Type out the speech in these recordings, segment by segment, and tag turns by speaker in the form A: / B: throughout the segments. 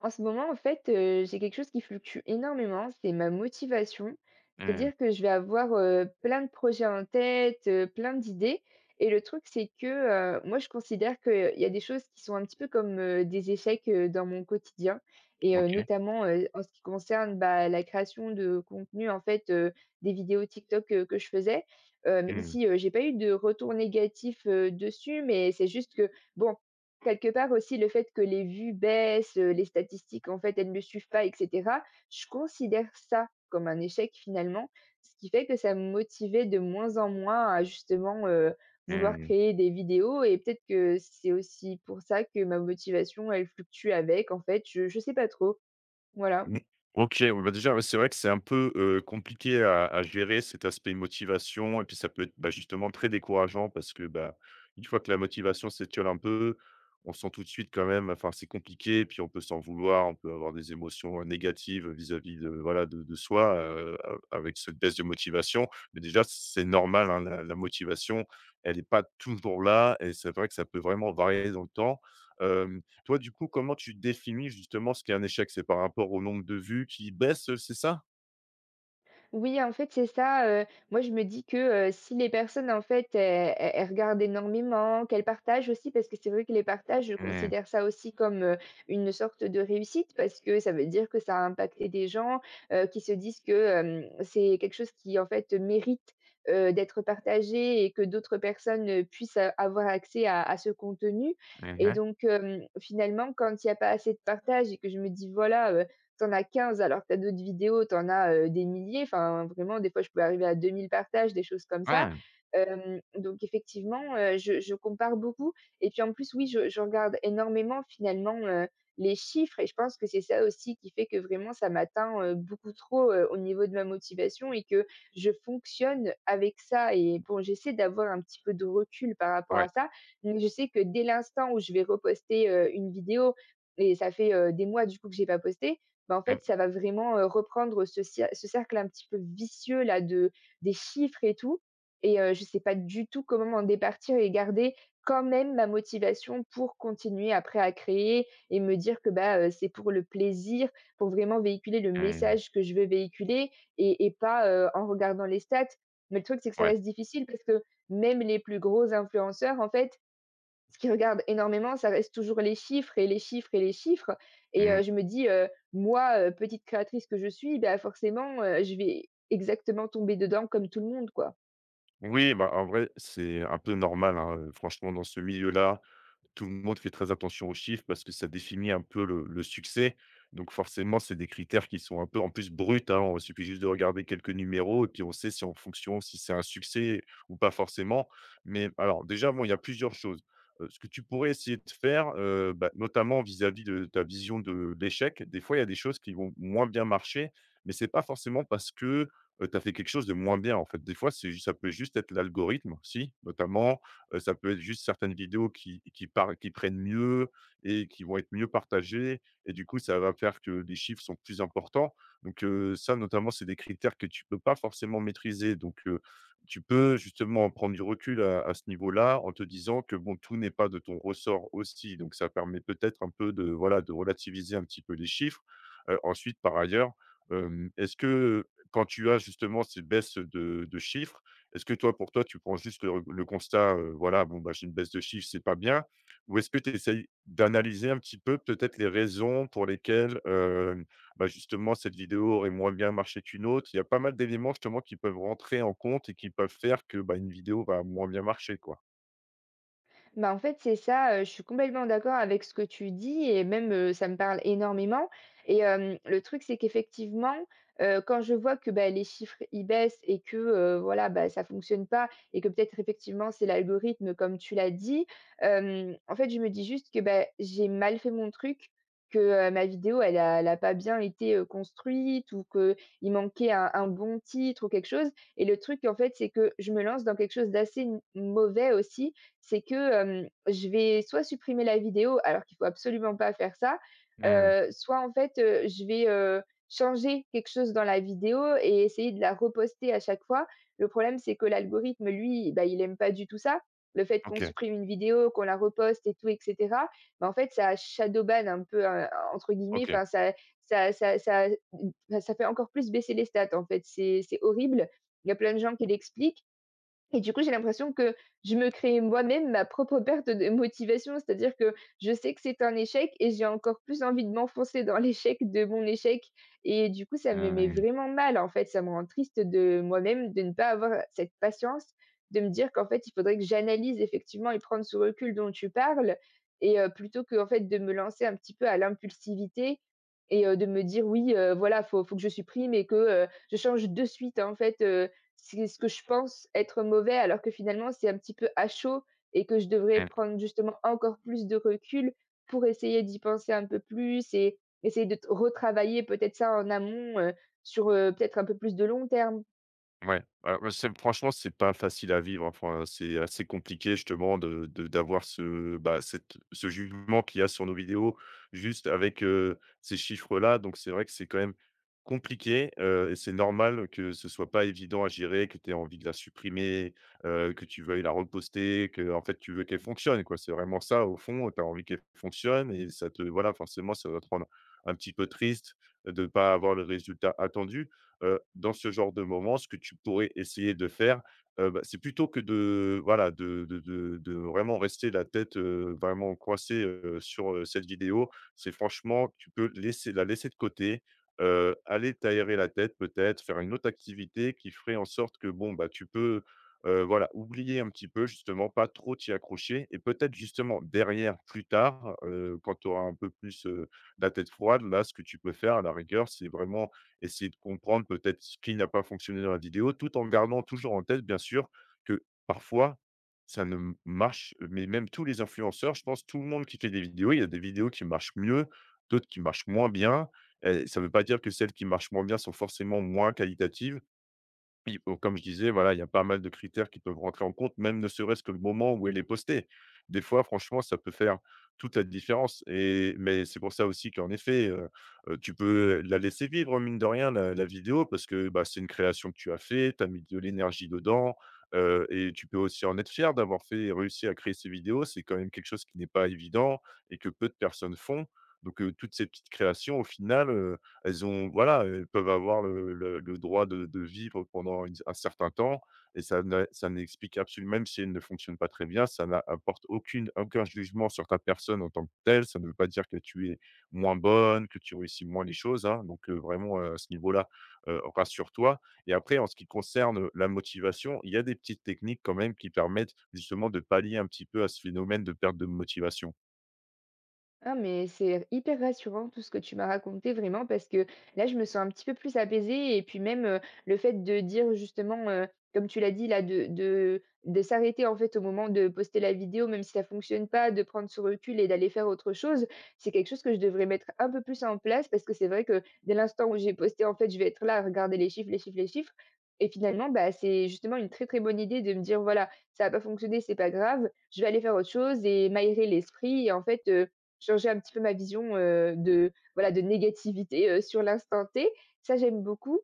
A: En ce moment, en fait, j'ai quelque chose qui fluctue énormément, c'est ma motivation.
B: Mmh.
A: C'est-à-dire que je vais avoir, plein de projets en tête, plein d'idées et le truc, c'est que, moi, je considère qu'il y a des choses qui sont un petit peu comme, des échecs, dans mon quotidien et
B: OK.
A: notamment, en ce qui concerne, bah, la création de contenu, en fait, des vidéos TikTok, que je faisais. Même
B: Mmh.
A: si, j'ai pas eu de retour négatif, dessus, mais c'est juste que, bon. Quelque part aussi le fait que les vues baissent, les statistiques en fait elles ne suivent pas et cetera, je considère ça comme un échec finalement. Ce qui fait que ça me motivait de moins en moins à justement, vouloir
B: Mmh.
A: créer des vidéos et peut-être que c'est aussi pour ça que ma motivation elle fluctue avec en fait, je sais pas trop, voilà.
B: Mmh. OK, oui, bah, déjà, ouais, c'est vrai que c'est un peu, compliqué à gérer cet aspect motivation et puis ça peut être, bah, justement très décourageant parce que, bah, une fois que la motivation s'étiole un peu, on sent tout de suite quand même enfin, c'est compliqué et puis on peut s'en vouloir, on peut avoir des émotions négatives vis-à-vis de, voilà, de soi, a avec cette baisse de motivation. Mais déjà, c'est normal, hein, la motivation, elle n'est pas toujours là et c'est vrai que ça peut vraiment varier dans le temps. Hem Toi, du coup, comment tu définis justement ce qu'est un échec? C'est par rapport au nombre de vues qui baisse, c'est ça?
A: Oui, en fait, c'est ça, moi, je me dis que, si les personnes, en fait, e e elles regardent énormément, qu'elles partagent aussi, parce que c'est vrai que les partages, je
B: Mmh.
A: considère ça aussi comme, une sorte de réussite parce que ça veut dire que ça a impacté des gens, qui se disent que, c'est quelque chose qui, en fait, mérite, d'être partagé et que d'autres personnes, puissent a avoir accès à ce contenu et
B: Mmh.
A: donc, finalement, quand il y a pas assez de partage et que je me dis: «Voilà, t'en as 15 alors que t'as d'autres vidéos, t'en as, des milliers. Enfin, vraiment, des fois, je pouvais arriver à 2 000 partages, des choses comme ça.
B: Ouais.
A: Donc effectivement, je compare beaucoup et puis, en plus, oui, je regarde énormément, finalement, les chiffres et je pense que c'est ça aussi qui fait que vraiment ça m'atteint, beaucoup trop, au niveau de ma motivation et que je fonctionne avec ça et bon, j'essaie d'avoir un petit peu de recul par rapport à
B: Ouais.
A: ça, mais je sais que dès l'instant où je vais reposter, une vidéo et ça fait, des mois, du coup, que j'ai pas posté, bah, en
B: Mmh.
A: fait, ça va vraiment, reprendre ce cercle un petit peu vicieux là de des chiffres et tout et je ne sais pas du tout comment m'en départir et garder quand même ma motivation pour continuer après à créer et me dire que, bah, c'est pour le plaisir, pour vraiment véhiculer le
B: Mmh.
A: message que je veux véhiculer et pas, en regardant les stats. Mais le truc, c'est que ça
B: Ouais.
A: reste difficile parce que même les plus gros influenceurs, en fait, ce qui regarde énormément, ça reste toujours les chiffres et les chiffres et les chiffres et
B: Mmh.
A: je me dis: «Moi, petite créatrice que je suis, bah, forcément, je vais exactement tomber dedans comme tout le monde, quoi».
B: Oui, bah, en vrai, c'est un peu normal, hein, franchement dans ce milieu-là. Tout le monde fait très attention aux chiffres parce que ça définit un peu le succès. Donc forcément, c'est des critères qui sont un peu en plus bruts, hein. On suffit juste de regarder quelques numéros et puis on sait si en fonction, si c'est un succès ou pas forcément. Mais alors déjà, bon, il y a plusieurs choses. Ce que tu pourrais essayer de faire, bah, notamment vis-à-vis de ta vision de l'échec, des fois, il y a des choses qui vont moins bien marcher, mais c'est pas forcément parce que, tu as fait quelque chose de moins bien, en fait. Des fois, c'est ju ça peut juste être l'algorithme aussi, notamment. Ça peut être juste certaines vidéos qui prennent mieux et qui vont être mieux partagées et du coup, ça va faire que les chiffres sont plus importants. Donc, ça notamment, c'est des critères que tu peux pas forcément maîtriser. Donc, tu peux justement prendre du recul à ce niveau-là en te disant que bon, tout n'est pas de ton ressort aussi. Donc ça permet peut-être un peu de voilà, de relativiser un petit peu les chiffres. Ensuite par ailleurs, est-ce que, quand tu as justement ces baisses de chiffres, est-ce que toi, pour toi, tu prends juste le constat, voilà, bon, bah, j'ai une baisse de chiffre, c'est pas bien? Ou est-ce que tu essayes d'analyser un petit peu peut-être les raisons pour lesquelles, bah, justement cette vidéo aurait moins bien marché qu'une autre? Il y a pas mal d'éléments justement qui peuvent rentrer en compte et qui peuvent faire que, bah, une vidéo va moins bien marcher, quoi.
A: Bah, en fait, c'est ça, je suis complètement d'accord avec ce que tu dis et même, ça me parle énormément et le truc, c'est qu'effectivement, quand je vois que, bah, les chiffres, ils baissent et que, voilà, bah, ça fonctionne pas et que peut-être effectivement, c'est l'algorithme comme tu l'as dit, en fait, je me dis juste que, bah, j'ai mal fait mon truc, que, ma vidéo, elle a pas bien été, construite ou que il manquait un bon titre ou quelque chose et le truc, en fait, c'est que je me lance dans quelque chose d'assez n mauvais aussi c'est que, je vais soit supprimer la vidéo, alors qu'il faut absolument pas faire ça,
B: Eh oui.
A: soit en fait, je vais, changer quelque chose dans la vidéo et essayer de la reposter à chaque fois. Le problème, c'est que l'algorithme, lui, bah, il aime pas du tout ça. Le fait qu'on
B: OK,
A: supprime une vidéo, qu'on la reposte et tout et cetera, bah, en fait, ça shadowban un peu, entre guillemets,
B: OK.
A: enfin bah, ça fait encore plus baisser les stats, en fait. C'est horrible. Il y a plein de gens qui l'expliquent et du coup, j'ai l'impression que je me crée moi-même ma propre perte de motivation. C'est-à-dire que je sais que c'est un échec et j'ai encore plus envie de m'enfoncer dans l'échec de mon échec. Et du coup, ça
B: Eh
A: me met
B: oui, oui.
A: vraiment mal, en fait. Ça me rend triste de moi-même de ne pas avoir cette patience, de me dire qu'en fait, il faudrait que j'analyse effectivement et prendre ce recul dont tu parles. Et plutôt que, en fait, de me lancer un petit peu à l'impulsivité et de me dire, oui, voilà, faut que je supprime et que je change de suite, en fait c'est ce que je pense être mauvais, alors que finalement, c'est un petit peu à chaud et que je devrais
B: Eh
A: prendre justement encore plus de recul pour essayer d'y penser un peu plus et essayer de retravailler peut-être ça en amont sur peut-être un peu plus de long terme.
B: Ouais, alors, bah, ouais, c'est franchement, c'est pas facile à vivre, enfin, c'est assez compliqué justement de d'avoir ce, bah, cette ce jugement qu'il y a sur nos vidéos, juste avec, ces chiffres-là, donc c'est vrai que c'est quand même compliqué, et c'est normal que ce soit pas évident à gérer, que tu aies envie de la supprimer, que tu veuilles la reposter, que en fait, tu veux qu'elle fonctionne, quoi. C'est vraiment ça au fond, tu as envie qu'elle fonctionne et ça te voilà, forcément, ça va te rendre un petit peu triste de ne pas avoir le résultat attendu. Dans ce genre de moment, ce que tu pourrais essayer de faire, bah, c'est plutôt que de voilà, de vraiment rester la tête, vraiment coincée, sur, cette vidéo. C'est franchement, tu peux laisser la laisser de côté, aller t'aérer la tête peut-être, faire une autre activité qui ferait en sorte que bon, bah, tu peux, voilà, oublier un petit peu justement, pas trop t'y accrocher et peut-être justement derrière, plus tard, quand tu auras un peu plus, la tête froide, là, ce que tu peux faire à la rigueur, c'est vraiment essayer de comprendre peut-être ce qui n'a pas fonctionné dans la vidéo, tout en gardant toujours en tête, bien sûr, que parfois, ça ne m marche, mais même tous les influenceurs, je pense, tout le monde qui fait des vidéos, il y a des vidéos qui marchent mieux, d'autres qui marchent moins bien. Ça ne veut pas dire que celles qui marchent moins bien sont forcément moins qualitatives. Oui, bon, comme je disais, voilà, il y a pas mal de critères qui peuvent rentrer en compte, même ne serait-ce que le moment où elle est postée. Des fois, franchement, ça peut faire toute la différence et mais c'est pour ça aussi qu'en effet, tu peux la laisser vivre, mine de rien, la vidéo parce que, bah, c'est une création que tu as fait, tu as mis de l'énergie dedans, et tu peux aussi en être fier d'avoir fait et réussi à créer ces vidéos. C'est quand même quelque chose qui n'est pas évident et que peu de personnes font. Donc toutes ces petites créations, au final, elles ont voilà, elles peuvent avoir le droit de vivre pendant une un certain temps et ça n'explique absolument. Même si elles ne fonctionnent pas très bien, ça n'apporte aucun jugement sur ta personne en tant que telle. Ça ne veut pas dire que tu es moins bonne, que tu réussis moins les choses, hein, donc vraiment, à ce niveau-là, rassure-toi et après en ce qui concerne, la motivation, il y a des petites techniques quand même qui permettent justement de pallier un petit peu à ce phénomène de perte de motivation.
A: Ah, mais c'est hyper rassurant tout ce que tu m'as raconté vraiment parce que là, je me sens un petit peu plus apaisée et puis même le fait de dire justement, comme tu l'as dit là, de s'arrêter en fait au moment de poster la vidéo, même si ça fonctionne pas, de prendre ce recul et d'aller faire autre chose, c'est quelque chose que je devrais mettre un peu plus en place parce que c'est vrai que dès l'instant où j'ai posté, en fait, je vais être là à regarder les chiffres, les chiffres, les chiffres. Et finalement, bah, c'est justement une très très bonne idée de me dire, voilà, ça n'a pas fonctionné, c'est pas grave, je vais aller faire autre chose et m'aérer l'esprit. Et en fait, changer un petit peu ma vision, de voilà, de négativité, sur l'instant T, ça j'aime beaucoup.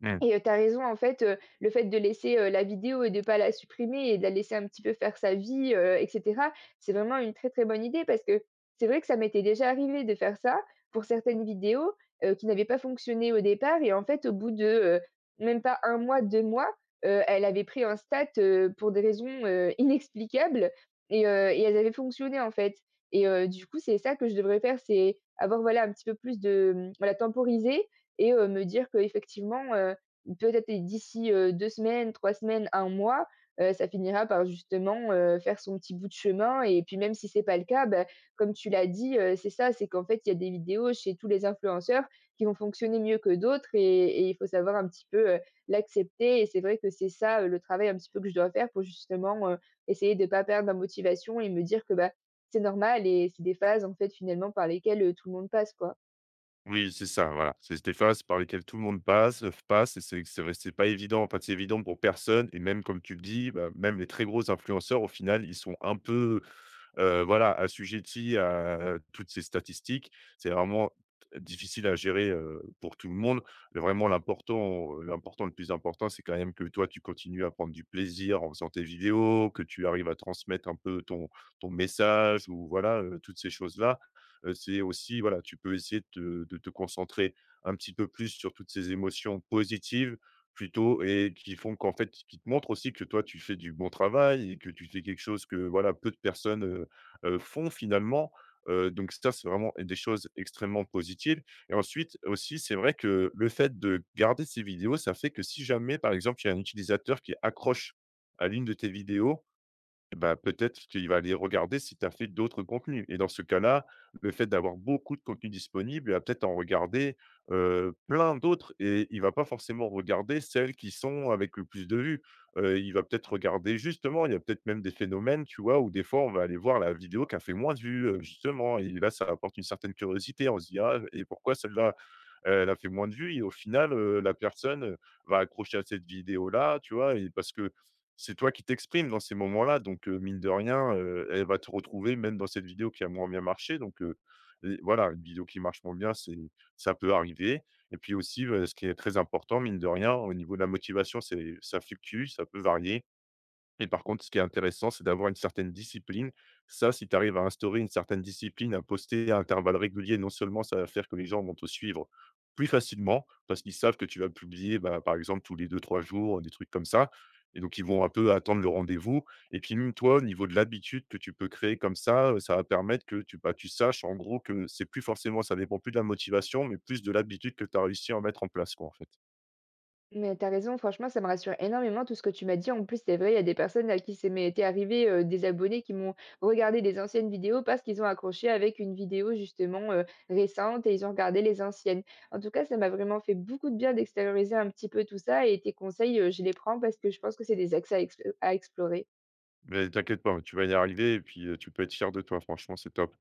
B: Mmh.
A: Et tu raison, en fait, le fait de laisser, la vidéo et de pas la supprimer et de la laisser un petit peu faire sa vie, et cetera, c'est vraiment une très, très bonne idée parce que c'est vrai que ça m'était déjà arrivé de faire ça pour certaines vidéos, qui n'avaient pas fonctionné au départ et en fait, au bout de, même pas un mois, 2 mois, elles avaient pris un stat, pour des raisons, inexplicables et elles avaient fonctionné, en fait du coup, c'est ça que je devrais faire, c'est avoir, voilà, un petit peu plus de, voilà, temporiser et me dire que effectivement peut-être et d'ici, 2 semaines, 3 semaines, un mois, ça finira par justement, faire son petit bout de chemin et puis même si c'est pas le cas, bah, comme tu l'as dit, c'est ça, c'est qu'en fait, il y a des vidéos chez tous les influenceurs qui vont fonctionner mieux que d'autres et il faut savoir un petit peu, l'accepter et c'est vrai que c'est ça, le travail un petit peu que je dois faire pour justement, essayer de pas perdre ma motivation et me dire que, bah, c'est normal et c'est des phases en fait finalement par lesquelles, tout le monde passe, quoi.
B: Oui, c'est ça, voilà. C'est des phases par lesquelles tout le monde passe et c'est vrai, c'est pas évident, enfin, c'est évident pour personne et même comme tu le dis, bah, même les très gros influenceurs au final, ils sont un peu, voilà, assujettis à toutes ces statistiques. C'est vraiment difficile à gérer, pour tout le monde. Mais vraiment l'important, le plus important, c'est quand même que toi, tu continues à prendre du plaisir en faisant tes vidéos, que tu arrives à transmettre un peu ton message ou voilà, toutes ces choses-là. C'est aussi voilà, tu peux essayer de te concentrer un petit peu plus sur toutes ces émotions positives plutôt et qui font qu'en fait qui te montrent aussi que toi, tu fais du bon travail et que tu fais quelque chose que voilà, peu de personnes, font finalement. Donc ça, c'est vraiment des choses extrêmement positives et ensuite aussi, c'est vrai que le fait de garder ces vidéos, ça fait que si jamais, par exemple, il y a un utilisateur qui accroche à l'une de tes vidéos et bah, peut-être qu'il va aller regarder si tu as fait d'autres contenus et dans ce cas-là, le fait d'avoir beaucoup de contenus disponibles, il va peut-être en regarder, plein d'autres et il va pas forcément regarder celles qui sont avec le plus de vues. Il va peut-être regarder justement, il y a peut-être même des phénomènes, tu vois, où des fois on va aller voir la vidéo qui a fait moins de vues, justement et là ça apporte une certaine curiosité. On se dit: «Ah et pourquoi celle-là?» Elle a fait moins de vues et au final, la personne, va accrocher à cette vidéo-là, tu vois? Et parce que c'est toi qui t'exprimes dans ces moments-là, donc mine de rien, elle va te retrouver même dans cette vidéo qui a moins bien marché, donc et voilà, une vidéo qui marche moins bien, c'est ça peut arriver. Et puis aussi, ce qui est très important, mine de rien, au niveau de la motivation, c'est ça fluctue, ça peut varier. Et par contre, ce qui est intéressant, c'est d'avoir une certaine discipline. Ça, si tu arrives à instaurer une certaine discipline, à poster à intervalles réguliers, non seulement ça va faire que les gens vont te suivre plus facilement, parce qu'ils savent que tu vas publier, bah, par exemple, tous les deux-trois jours, des trucs comme ça. Et donc, ils vont un peu attendre le rendez-vous. Et puis, même toi, au niveau de l'habitude que tu peux créer comme ça, ça va permettre que tu, bah, tu saches, en gros, que c'est plus forcément, ça dépend plus de la motivation, mais plus de l'habitude que tu as réussi à mettre en place, quoi, en fait.
A: Mais t'as raison, franchement, ça me rassure énormément tout ce que tu m'as dit. En plus, c'est vrai, il y a des personnes à qui c'est m'est été arrivé, des abonnés qui m'ont regardé des anciennes vidéos parce qu'ils ont accroché avec une vidéo justement, récente et ils ont regardé les anciennes. En tout cas, ça m'a vraiment fait beaucoup de bien d'extérioriser un petit peu tout ça et tes conseils, je les prends parce que je pense que c'est des axes à explorer.
B: Mais t'inquiète pas, tu vas y arriver et puis tu peux être fier de toi, franchement, c'est top.